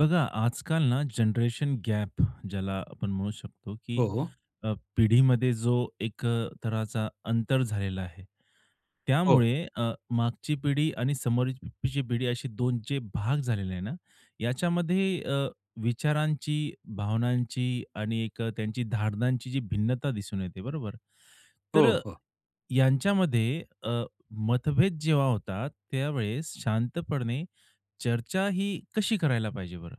बघा, आजकाल ना जनरेशन गॅप ज्याला आपण म्हणू शकतो, की हो, हो. पिढीमध्ये जो एक तऱ्हाचा अंतर झालेला आहे. हो, त्यामुळे मागची पिढी आणि समोरची पिढी अशी 2 जे भाग झालेले आहे ना, याच्यामध्ये विचारांची, भावनांची आणि एक त्यांची धारणांची जी भिन्नता दिसून येते, बरोबर? तर हो, हो. यांच्यामध्ये मतभेद जेव्हा होतात, त्यावेळेस शांतपणे चर्चा ही कशी करायला पाहिजे बरं?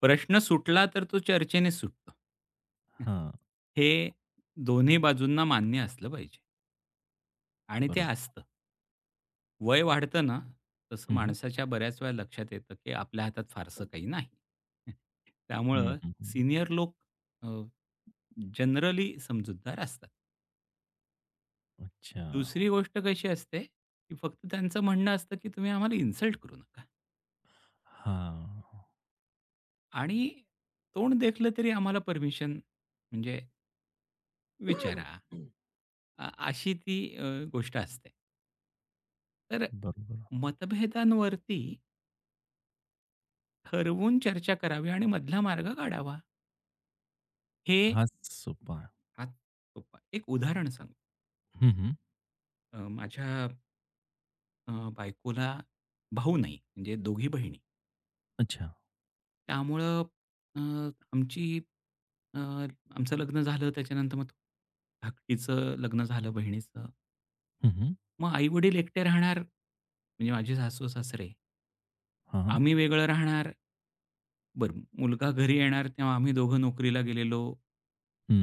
प्रश्न सुटला तर तो चर्चेने सुटतो. हं. हां, हे दोन्ही बाजूंना मान्य असलं पाहिजे आणि ते बरोबर. असतं. वय वाढतं ना, तसं हं. माणसाच्या बऱ्याच वेळा लक्षात येतं, की आपल्या हातात फारसं काही नाही. हं. हं, त्यामुळं हं, हं. सीनियर लोक अ, जनरली समजूतदार असतात. अच्छा. दुसरी गोष्ट कशी असते, की फक्त त्यांचं म्हणणं असतं, की तुम्ही आम्हाला इन्सल्ट करू नका हां. आणि तोंड देखलं तरी आम्हाला परमिशन म्हणजे विचारा. अशी ती गोष्ट असते. तर बरोबर. मतभेदांवरती ठरवून चर्चा करावी आणि मधला मार्ग काढावा. हे हाच सोपा आहे. फार सोपं एक उदाहरण सांगू. हं, हं. माझ्या अ, बायकोला भाऊ नाही, म्हणजे दोघी बहिणी. अच्छा. त्यामुळं अ, आमची अ, आमचं लग्न झालं त्याच्यानंतर मग धाकटीचं लग्न झालं बहिणीचं. हं, हं. मग आई-वडील एकटे राहणार, म्हणजे माझे सासू-सासरे. हां, हां. आम्ही वेगळं राहणार. बरं, मुलगा घरी येणार तेव्हा आम्ही दोघं नोकरीला गेलेलो.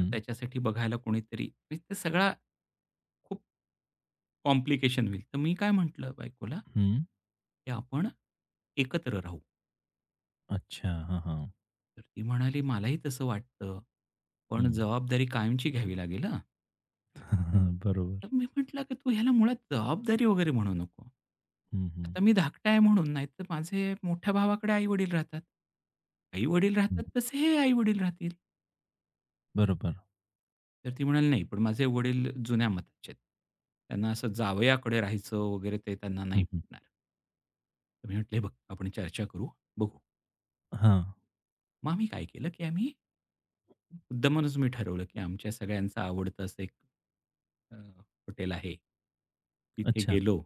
मग त्याच्यासाठी बघायला कोणीतरी म्हणजे ते सगळा खूप कॉम्प्लिकेशन होईल. तर मी काय म्हटलं बायकोला, हं. की "आपण एकत्र राहू." अच्छा. हां, हां. तर ती म्हणाली, "मलाही तसं वाटतं, पण हं. जबाबदारी कायमची घ्यावी लागेल हां." तर बरोबर. मी म्हटलं, "की तू ह्याला मुळात जबाबदारी वगैरे म्हणू नको. हं, हं. आता मी धाकटा आहे म्हणून, नाहीतर माझे मोठ्या भावाकडे आई-वडील राहतात. आई-वडील हं. राहतात तसे हे आई-वडील राहतील." बरोबर. तर ती म्हणाली, "नाही, पण माझे वडील जुन्या मताचे आहेत. त्यांना असं जावयाकडे राहायचं वगैरे ते त्यांना नाही हं, हं. पटणार." तर मी म्हटले, बघ, आपण चर्चा करू, बघू." हां. मग आम्ही काय केलं, की आम्ही मुद्दामूनच मी ठरवलं, की आमच्या सगळ्यांचं आवडतं असं एक अ, हॉटेल आहे. तिथे अच्छा. गेलो,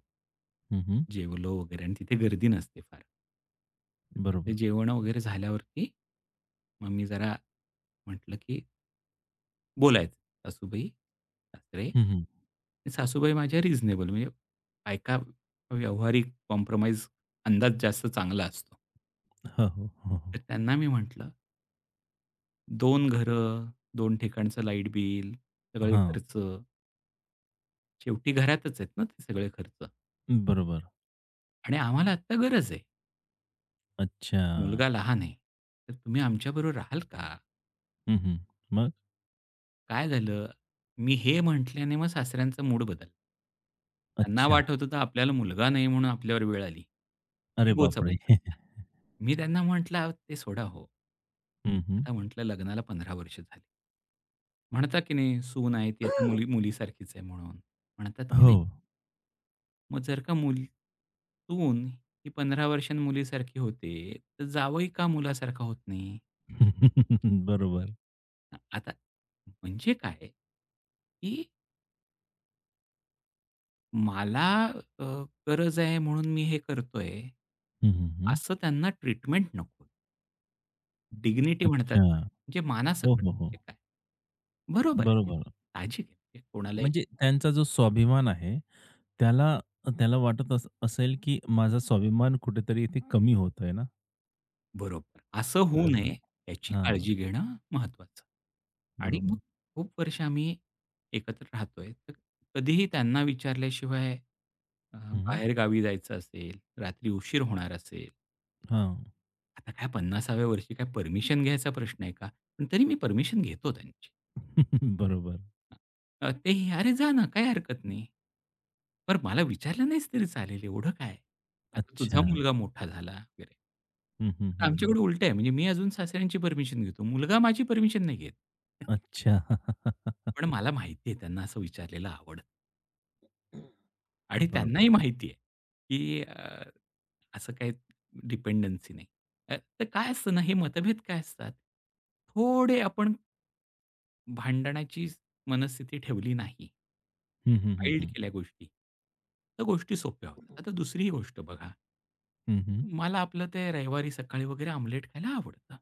हं, हं. जेवलो वगैरे आणि तिथे गर्दी नसते फार. तर तिथे बरोबर. जेवण वगैरे झाल्यावरती मग मी जरा म्हटलं, की बोलायचं. सासूबाई, सासरे. हं, हं. सासूबाई माझ्या रिझनेबल म्हणजे बायका व्यावहारिक कॉम्प्रोमाईज अंदाज जास्त चांगला असतो. हो, हो. हो, हो. तर त्यांना मी म्हटलं, दोन घरं, दोन ठिकाणचं लाईट बिल, सगळे हां. खर्च. शेवटी घरातच आहेत ना ते सगळे खर्च बरोबर. आणि आम्हाला आत्ता गरज आहे. अच्छा. मुलगा लहान आहे. तर तुम्ही आमच्याबरोबर राहाल का? हं, हं. मग? काय झालं?" मी हे म्हटल्याने मग सासऱ्यांचा मूड बदलला. त्यांना अच्छा. वाटत होतं, तर आपल्याला मुलगा नाही म्हणून आपल्यावर वेळ आली. अरे इगोचा बापरे! मी त्यांना म्हटलं, "ते सोडा हो." हं, हं. आता म्हटलं, "लग्नाला 15 वर्ष झाली." म्हणतात की नाही, "सून आहे ती आता मुली मुलीसारखीच आहे म्हणून." म्हणतात की हो. नाही. मग जर का सून ही 15 वर्षांनी मुलीसारखी होते, तर जावई का मुलासारखा होत नाही? बरोबर. आता म्हणजे काय, की मला अ, गरज आहे म्हणून मी हे करतोय, हं, हं, हं. असं त्यांना ट्रीटमेंट नको. डिग्निटी म्हणतात अच्छा. ना, म्हणजे मानासकट हो, हो, हो. म्हणजे काय. बरोबर आहे. बरोबर. साहजिक आहे. म्हणजे कोणालाही म्हणजे त्यांचा जो स्वाभिमान आहे, त्याला त्याला वाटत अस असेल, की माझा स्वाभिमान कुठेतरी इथे कमी होत आहे ना? बरोबर. असं होऊ हो. हां, हां. नये याची हां, काळजी घेणं महत्त्वाचं. आणि बरोबर. मग खूप वर्ष आम्ही एकत्र राहतोय. तर कधीही त्यांना विचारल्याशिवाय अ, हं, हं. बाहेरगावी जायचं असेल, रात्री उशीर होणार असेल, हां. आता काय 50व्या वर्षी काय परमिशन घ्यायचा प्रश्न आहे का? पण तरी मी परमिशन घेतो त्यांची. बरोबर. ते हे, "अरे जा ना, काही हरकत नाही." "बरं मला विचारलं नाहीस तरी चालेल एवढं काय? आता तुझा अच्छा. मुलगा मोठा झाला" वगैरे. हं, हं, हं, हं. आमच्याकडे उलटं आहे म्हणजे मी अजून सासऱ्यांची परमिशन घेतो. मुलगा माझी परमिशन नाही घेत. अच्छा. पण मला माहिती आहे त्यांना असं विचारलेलं आवडतं आणि त्यांनाही बरोबर. माहिती आहे, की असं काही डिपेंडन्सी नाही. तर काय असतं ना, हे मतभेद काय असतात, थोडे आपण भांडणाची मनस्थिती ठेवली नाही, हं, हं, हं, वाईल्ड हं. केल्या गोष्टी, तर गोष्टी सोप्या होतात. आता दुसरी गोष्ट बघा, हं, हं. मला आपलं ते रविवारी सकाळी वगैरे आमलेट खायला आवडतं.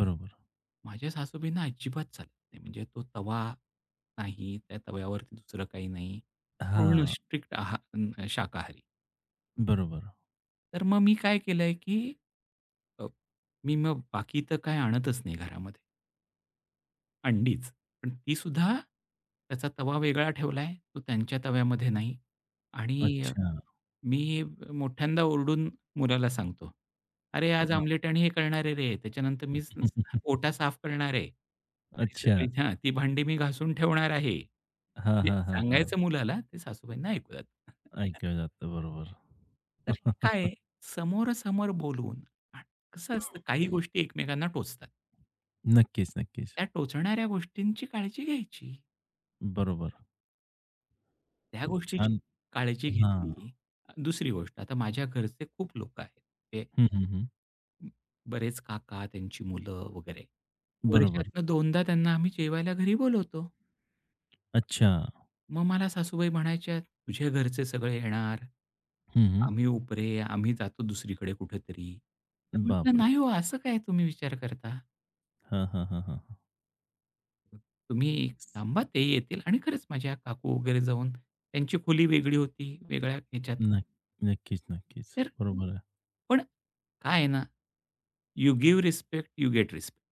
बरोबर. माझ्या सासूबाईंना अजिबात चालत नाही. म्हणजे तो तवा नाही, त्या तव्यावरती दुसरं काही नाही. पूर्ण हां, स्ट्रिक्ट शाकाहारी. बरोबर. तर मग मी काय केलंय, की अ, मी मग बाकी तर काही आणतच नाही घरामध्ये. अंडीच. पण ती सुद्धा त्याचा तवा वेगळा ठेवलाय. तो त्यांच्या तव्यामध्ये नाही आणि अच्छा. मी मोठ्यांदा ओरडून मुलाला सांगतो, "अरे, आज ओके. बाप आमलेट आणि हे करणार आहे रे. त्याच्यानंतर मी स हं. ओटा साफ करणार आहे आणि अच्छा. सगळी हां, ती भांडी मी घासून ठेवणार आहे." हां, म्हणजे हां, हां, हां. सांगायचं मुलाला, ते सासूबाईंना ऐकू जातं. ऐकलं जातं. बरोबर. तर हे काय आहे, समोरासमोर बोलून आ कसं असतं काही गोष्टी एकमेकांना टोचतात. नक्कीच, नक्कीच. त्या टोचणाऱ्या गोष्टींची काळजी घ्यायची. बरोबर. त्या खूप गोष्टीची छान काळजी हां. घेतली. दुसरी गोष्ट, आता माझ्या घरचे खूप लोकं आहेत. ते हं, हं, हं. बरेच काका, त्यांची मुलं वगैरे. बरोबर. वर्षातनं 2दा त्यांना आम्ही जेवायला घरी बोलवतो. अच्छा. मग मला सासूबाई म्हणायच्या, "तुझ्या घरचे सगळे येणार, हं, हं. आम्ही उपरे, आम्ही जातो दुसरीकडे कुठेतरी." तर म्हटलं, बापरे! "नाही हो, असं काय तुम्ही विचार करता? हां, हां, हां, हां, हां. तुम्ही थांबा, ते येतील." आणि खरंच माझ्या काकू वगैरे जाऊन त्यांची खोली वेगळी होती, वेगळ्या ह्याच्यात. नक्क नक्कीच, नक्कीच. तर बरोबर आहे. पण काय आहे ना, you give respect, you get respect.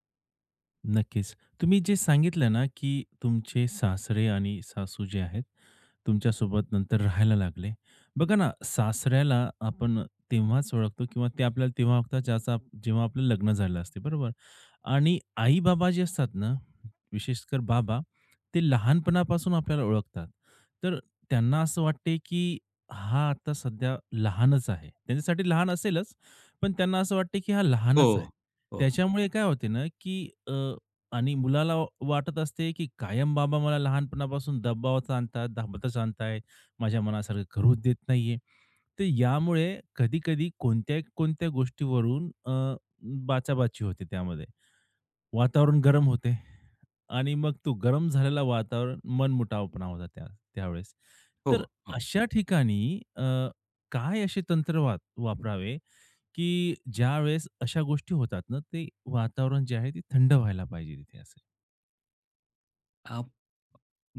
नक्कीच. तुम्ही जे सांगितलं ना, की तुमचे सासरे आणि सासू जे आहेत, तुमच्यासोबत नंतर राहायला लागले. बघा ना, सासऱ्याला आपण तेव्हाच ओळखतो किंवा ते आपल्याला तेव्हा ओळखतात ज्याचा जेव्हा आपलं लग्न झालं असते, बरोबर? आणि आई-बाबा जे असतात ना, विशेषकर बाबा, ते लहानपणापासून आपल्याला ओळखतात. तर त्यांना असं वाटते, की हा आता सध्या लहानच आहे. त्यांच्यासाठी लहान असेलच, पण त्यांना असं वाटते, की हा हो. लहानच आहे. हो, त्याच्यामुळे काय होते ना, की आणि मुलाला वाटत असते, की कायम बाबा मला लहानपणापासून दबावात आणतात, दाबातच आणतायत, माझ्या मनासारखं करूच देत नाहीये. तर यामुळे कधी-कधी कोणत्या कोणत्या गोष्टीवरून बाचाबाची होते त्यामध्ये. वातावरण गरम होते आणि मग तो गरम झालेला वातावरण मनमुटावपणा होता त्या त्यावेळेस. हो. तर अशा ठिकाणी काय असे तंत्र वा वापरावे, की ज्यावेळेस अशा गोष्टी होतात ना, ते वातावरण जे आहे ते थंड व्हायला पाहिजे तिथे असं? अ,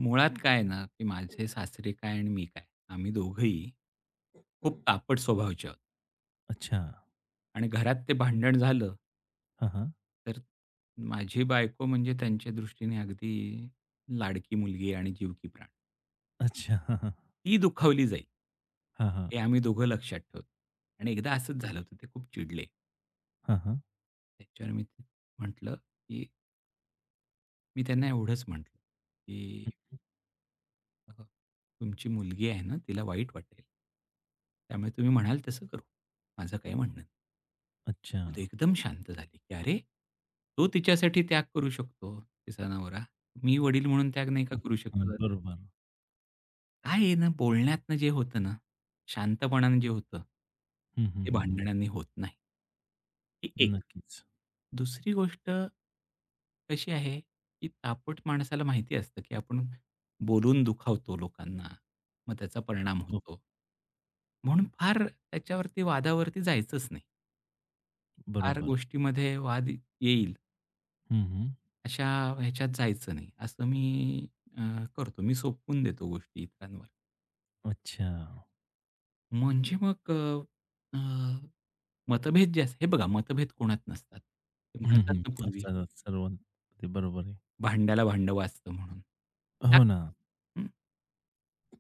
मुळात काय आहे ना, की माझे सासरे काय आणि मी काय, आम्ही दोघंही खूप हं. तापट स्वभावाचे आहोत अच्छा. आणि घरात ते भांडण झालं, हां, हां. तर माझी बायको म्हणजे त्यांच्या दृष्टीने अगदी लाडकी मुलगी आणि जीव की प्राण. अच्छा. ती दुखावली जाईल, हां, हां. हे आम्ही दोघं लक्षात ठेवतो. आणि एकदा असंच हां, हां. झालं होतं, ते खूप चिडले. हां, हां. त्याच्यावर मी म्हटलं, की मी त्यांना एवढंच म्हटलं, की हं. "अ, तुमची मुलगी आहे ना, तिला वाईट वाटेल. त्यामुळे तुम्ही म्हणाल तसं करू. माझं काही म्हणणं नाही." मग ते अच्छा. एकदम शांत झाले, की "अरे, तो तिच्यासाठी त्याग करू शकतो, तिचा नवरा. मी वडील म्हणून त्याग नाही का करू हां, शकत?" बरोबर. काय आहे ना, बोलण्यातनं जे होतं ना, शांतपणानं जे होतं, हं, हं, ते हं, हं. भांडणांनी होत नाही. ही एक. नक्कीच. दुसरी गोष्ट कशी आहे, की तापट माणसाला माहिती असतं, की आपण बोलून दुखावतो लोकांना. मग त्याचा परिणाम हो, होतो. म्हणून फार त्याच्यावरती वादावरती जायचंच नाही. फार बरोबर. गोष्टीमध्ये वाद येईल. हं, हं. अशा ह्याच्यात जायचं नाही, असं मी अ, करतो. मी सोपवून देतो गोष्टी इतरांवर. अच्छा. म्हणजे मग अ, अ, मतभेद जे असतात हे बघा मतभेद कोणात नसतात. ते हं, म्हणतात हं. ना पूर्वी असतात सर्व. ते बरोबर आहे. भांड्याला भांडं वाजतं म्हणून. त्या- हो ना. हं.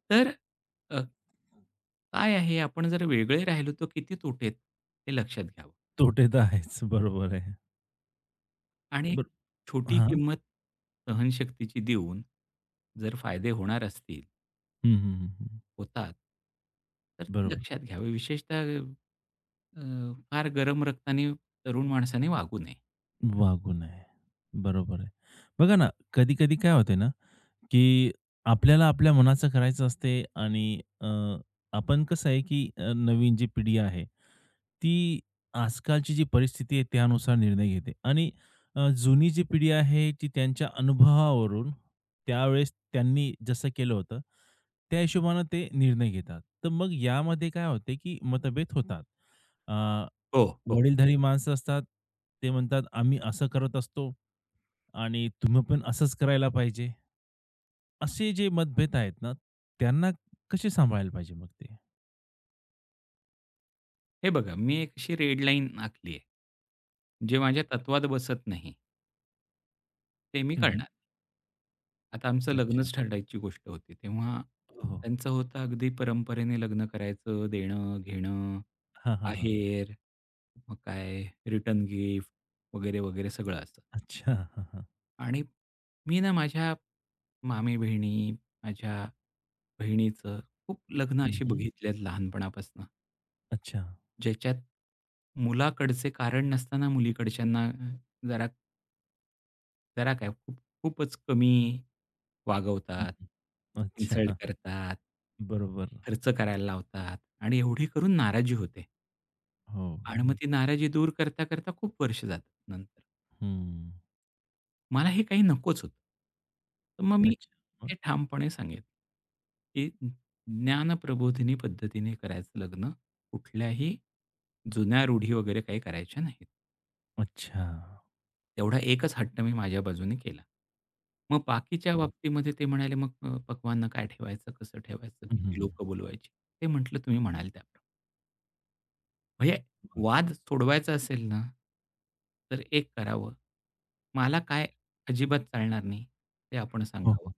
तर अ, काय आहे आपण जर वेगळे राहिलो तर किती तोटे आहेत हे लक्षात घ्यावं तोटे तर आहेच. बरोबर आहे. आणि एक बरं छोटी हां. किंमत सहनशक्तीची देऊन जर फायदे होणार असतील हं, हं, हं, हं. होतात. तर ते बरोबर. लक्षात घ्यावे. विशेषतः अ, फार गरम रक्ताने तरुण माणसाने वागू नये. वागू नये. बरोबर आहे. बघा ना, कधी-कधी काय होते ना, की आपल्याला आपल्या मनाचं करायचं असते आणि आपण कसं आहे की नवीन जी पिढी आहे, ती आजकालची जी परिस्थिती आहे त्यानुसार निर्णय घेते आणि जुनी जी पिढी आहे ती त्यांच्या अनुभवावरून त्यावेळेस त्यांनी जसं केलं होतं, त्या हिशोबानं ते निर्णय घेतात. तर मग यामध्ये काय होते की मतभेद होतात. अ, हो, हो. वडीलधारी माणसं असतात, ते म्हणतात, "आम्ही असं करत असतो आणि तुम्ही पण असंच करायला पाहिजे." असे जे मतभेद आहेत ना, त्यांना कसे सांभाळायला पाहिजे मग ते? हे बघा, मी एक अशी रेड लाईन आखली आहे. जे माझ्या तत्वात बसत नाही, ते मी हं, हं. करणार. आता आमचं अच्छा. लग्नच ठरवायची गोष्ट होती. तेव्हा हो. त्यांचं होतं अगदी परंपरेने लग्न करायचं, देणं-घेणं, हां, हां, हां. आहेर, मग काय रिटर्न गिफ्ट वगैरे, वगैरे सगळं असं. अच्छा. हां, हां. आणि मी ना माझ्या मामेबहिणी, माझ्या बहिणीचं खूप लग्न हं. हं, अशी हं. बघितली आहेत लहानपणापासून, अच्छा. ज्याच्यात मुलाकडचे कारण नसताना मुलीकडच्यांना जरा जरा काय खूप खूपच कमी हं. वागवतात, अच्छा. इन्सल्ट हां. हां. करतात. बरोबर. खर्च करायला लावतात आणि एवढी करून नाराजी होते हो. आणि मग हो. ती नाराजी दूर करता, करता खूप वर्ष जातात नंतर. हं. मला हे काही नकोच होतं. तर मग मी अच्छा. मग? ते ठामपणे सांगेन, की ज्ञानप्रबोधिनी पद्धतीने करायचं लग्न. कुठल्याही जुन्या रूढी वगैरे काही करायच्या नाहीत. अच्छा. तेवढा एकच हट्ट मी माझ्या बाजूने केला. मग बाकीच्या हं. बाबतीमध्ये ते म्हणाले, "मग पक्वांना काय ठेवायचं, कसं ठेवायचं, हं, हं, किती हं. लोकं बोलवायची?" ते म्हटलं, "तुम्ही म्हणाल त्याप्रमाणे." म्हणजे वाद सोडवायचा असेल ना, तर एक करावं. मला काय अजिबात चालणार नाही, ते आपण हो, सांगावं हो.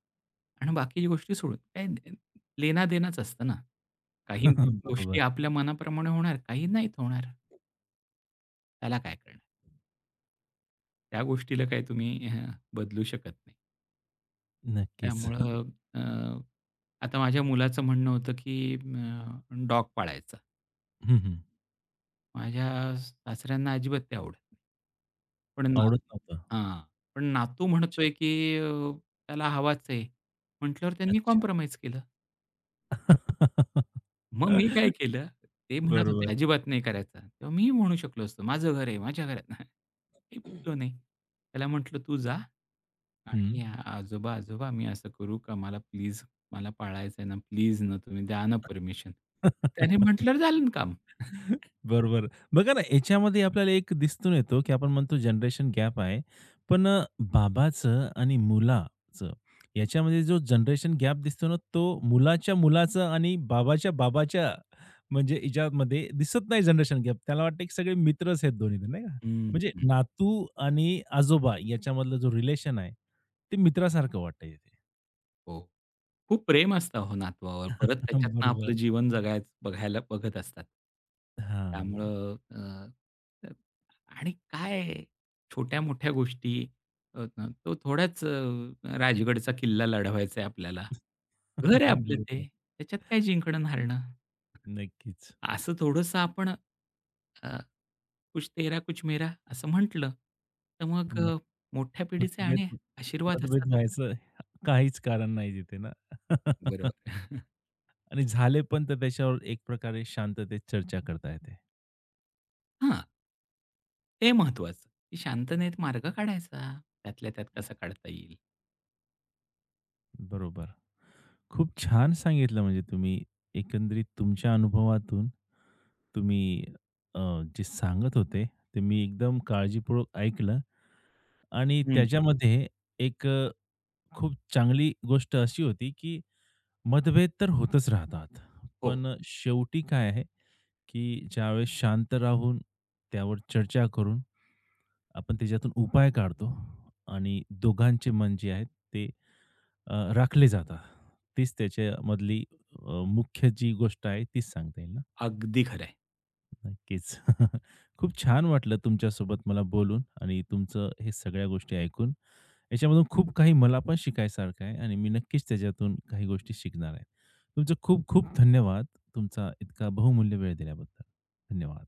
आणि बाकीच्या गोष्टी सोडून काय लेना-देनाच असतं ना. काही गोष्टी बरोबर. आपल्या मनाप्रमाणे होणार, काही नाहीत होणार. त्याला काय करणार? त्या गोष्टीला काही तुम्ही बदलू शकत नाही. नक्कीच. त्यामुळं अ, आता माझ्या मुलाचं म्हणणं होतं, की डॉग पाळायचा. हं, हं. माझ्या सासऱ्यांना अजिबात ते आवडत नाही. पण ना आवडत नव्हतं. हां. पण नातू अच्छा, म्हणतोय, की त्याला हवाच आहे. म्हटल्यावर त्यांनी अच्छा. कॉम्प्रोमाईज केलं. मग मी काय केलं, ते म्हणत होते बरोबर. अजिबात नाही करायचा. तेव्हा मी म्हणू शकलो असतो, माझं घर आहे, माझ्या घरात मी बोललो नाही. त्याला म्हटलं, "तू जा हं. आणि आजोबा, आजोबा मी असं करू का? मला प्लीज मला पाळायचं आहे ना, प्लीज ना तुम्ही द्या ना परमिशन." त्याने म्हटल्यावर झालं ना काम. बरोबर. बघा ना, याच्यामध्ये आपल्याला एक दिसून येतो, की आपण म्हणतो जनरेशन गॅप आहे. पण बाबाचं आणि मुलाचं याच्यामध्ये जो जनरेशन गॅप दिसतो ना, तो मुलाच्या मुलाचा आणि बाबाच्या बाबाच्या म्हणजे याच्यामध्ये दिसत नाही जनरेशन गॅप. त्याला वाटतं की सगळे मित्रच आहेत दोन्ही जण, नाही का? हं, म्हणजे हं. नातू आणि आजोबा याच्यामधलं जो रिलेशन आहे, ते मित्रासारखं वाटतंय इथे. हो. खूप प्रेम असतं हो नातवावर. परत त्याच्यातनं बरोबर. आपलं जीवन जगायचं बघायला बघत असतात. हां. त्यामुळं अ, अ, आणि काय छोट्या-मोठ्या गोष्टी अ, अ, तो थोडाच राजगडचा किल्ला लढवायचा आहे आपल्याला. घर आहे आपलं ते. बरोबर. त्याच्यात काय जिंकणं हारणं? नक्कीच. असं थोडंसं आपण अ, "कुछ तेरा कुछ मेरा" असं म्हटलं, तर मग मोठ्या पिढीचे मतभेद आणि आशीर्वाद मतभेद असतातच. व्हायचं काहीच कारण नाही तिथे ना. बरोबर. आणि झाले पण तर त्याच्यावर एक प्रकारे शांततेत चर्चा करता येते. हां. ते महत्त्वाचं, की शांततेत मार्ग काढायचा. त्यातल्या त्यात कसा काढता येईल? बरोबर. खूप छान सांगितलं म्हणजे तुम्ही एकंदरीत तुमच्या अनुभवातून तुम्ही अ, जे सांगत होते ते मी एकदम काळजीपूर्वक ऐकलं आणि हं. त्याच्यामध्ये एक खूप चांगली गोष्ट अशी होती की मतभेद तर होतच राहतात. हो, पण शेवटी काय आहे, की ज्यावेळेस शांत राहून त्यावर चर्चा करून आपण त्याच्यातून उपाय काढतो आणि दोघांचे मन जे आहेत ते राखले जातात. तीच त्याच्यामधली मुख्य जी गोष्ट आहे तीच सांगता येईल ना? अगदी खरं नक्कीच. खूप छान वाटलं तुमच्यासोबत मला बोलून आणि तुमचं हे सगळ्या गोष्टी ऐकून. याच्यामधून खूप काही मला पण शिकायसारखं आहे आणि मी नक्कीच त्याच्यातून काही गोष्टी शिकणार आहे. तुमचं खूप खूप धन्यवाद. तुमचा इतका बहुमूल्य वेळ दिल्याबद्दल. धन्यवाद.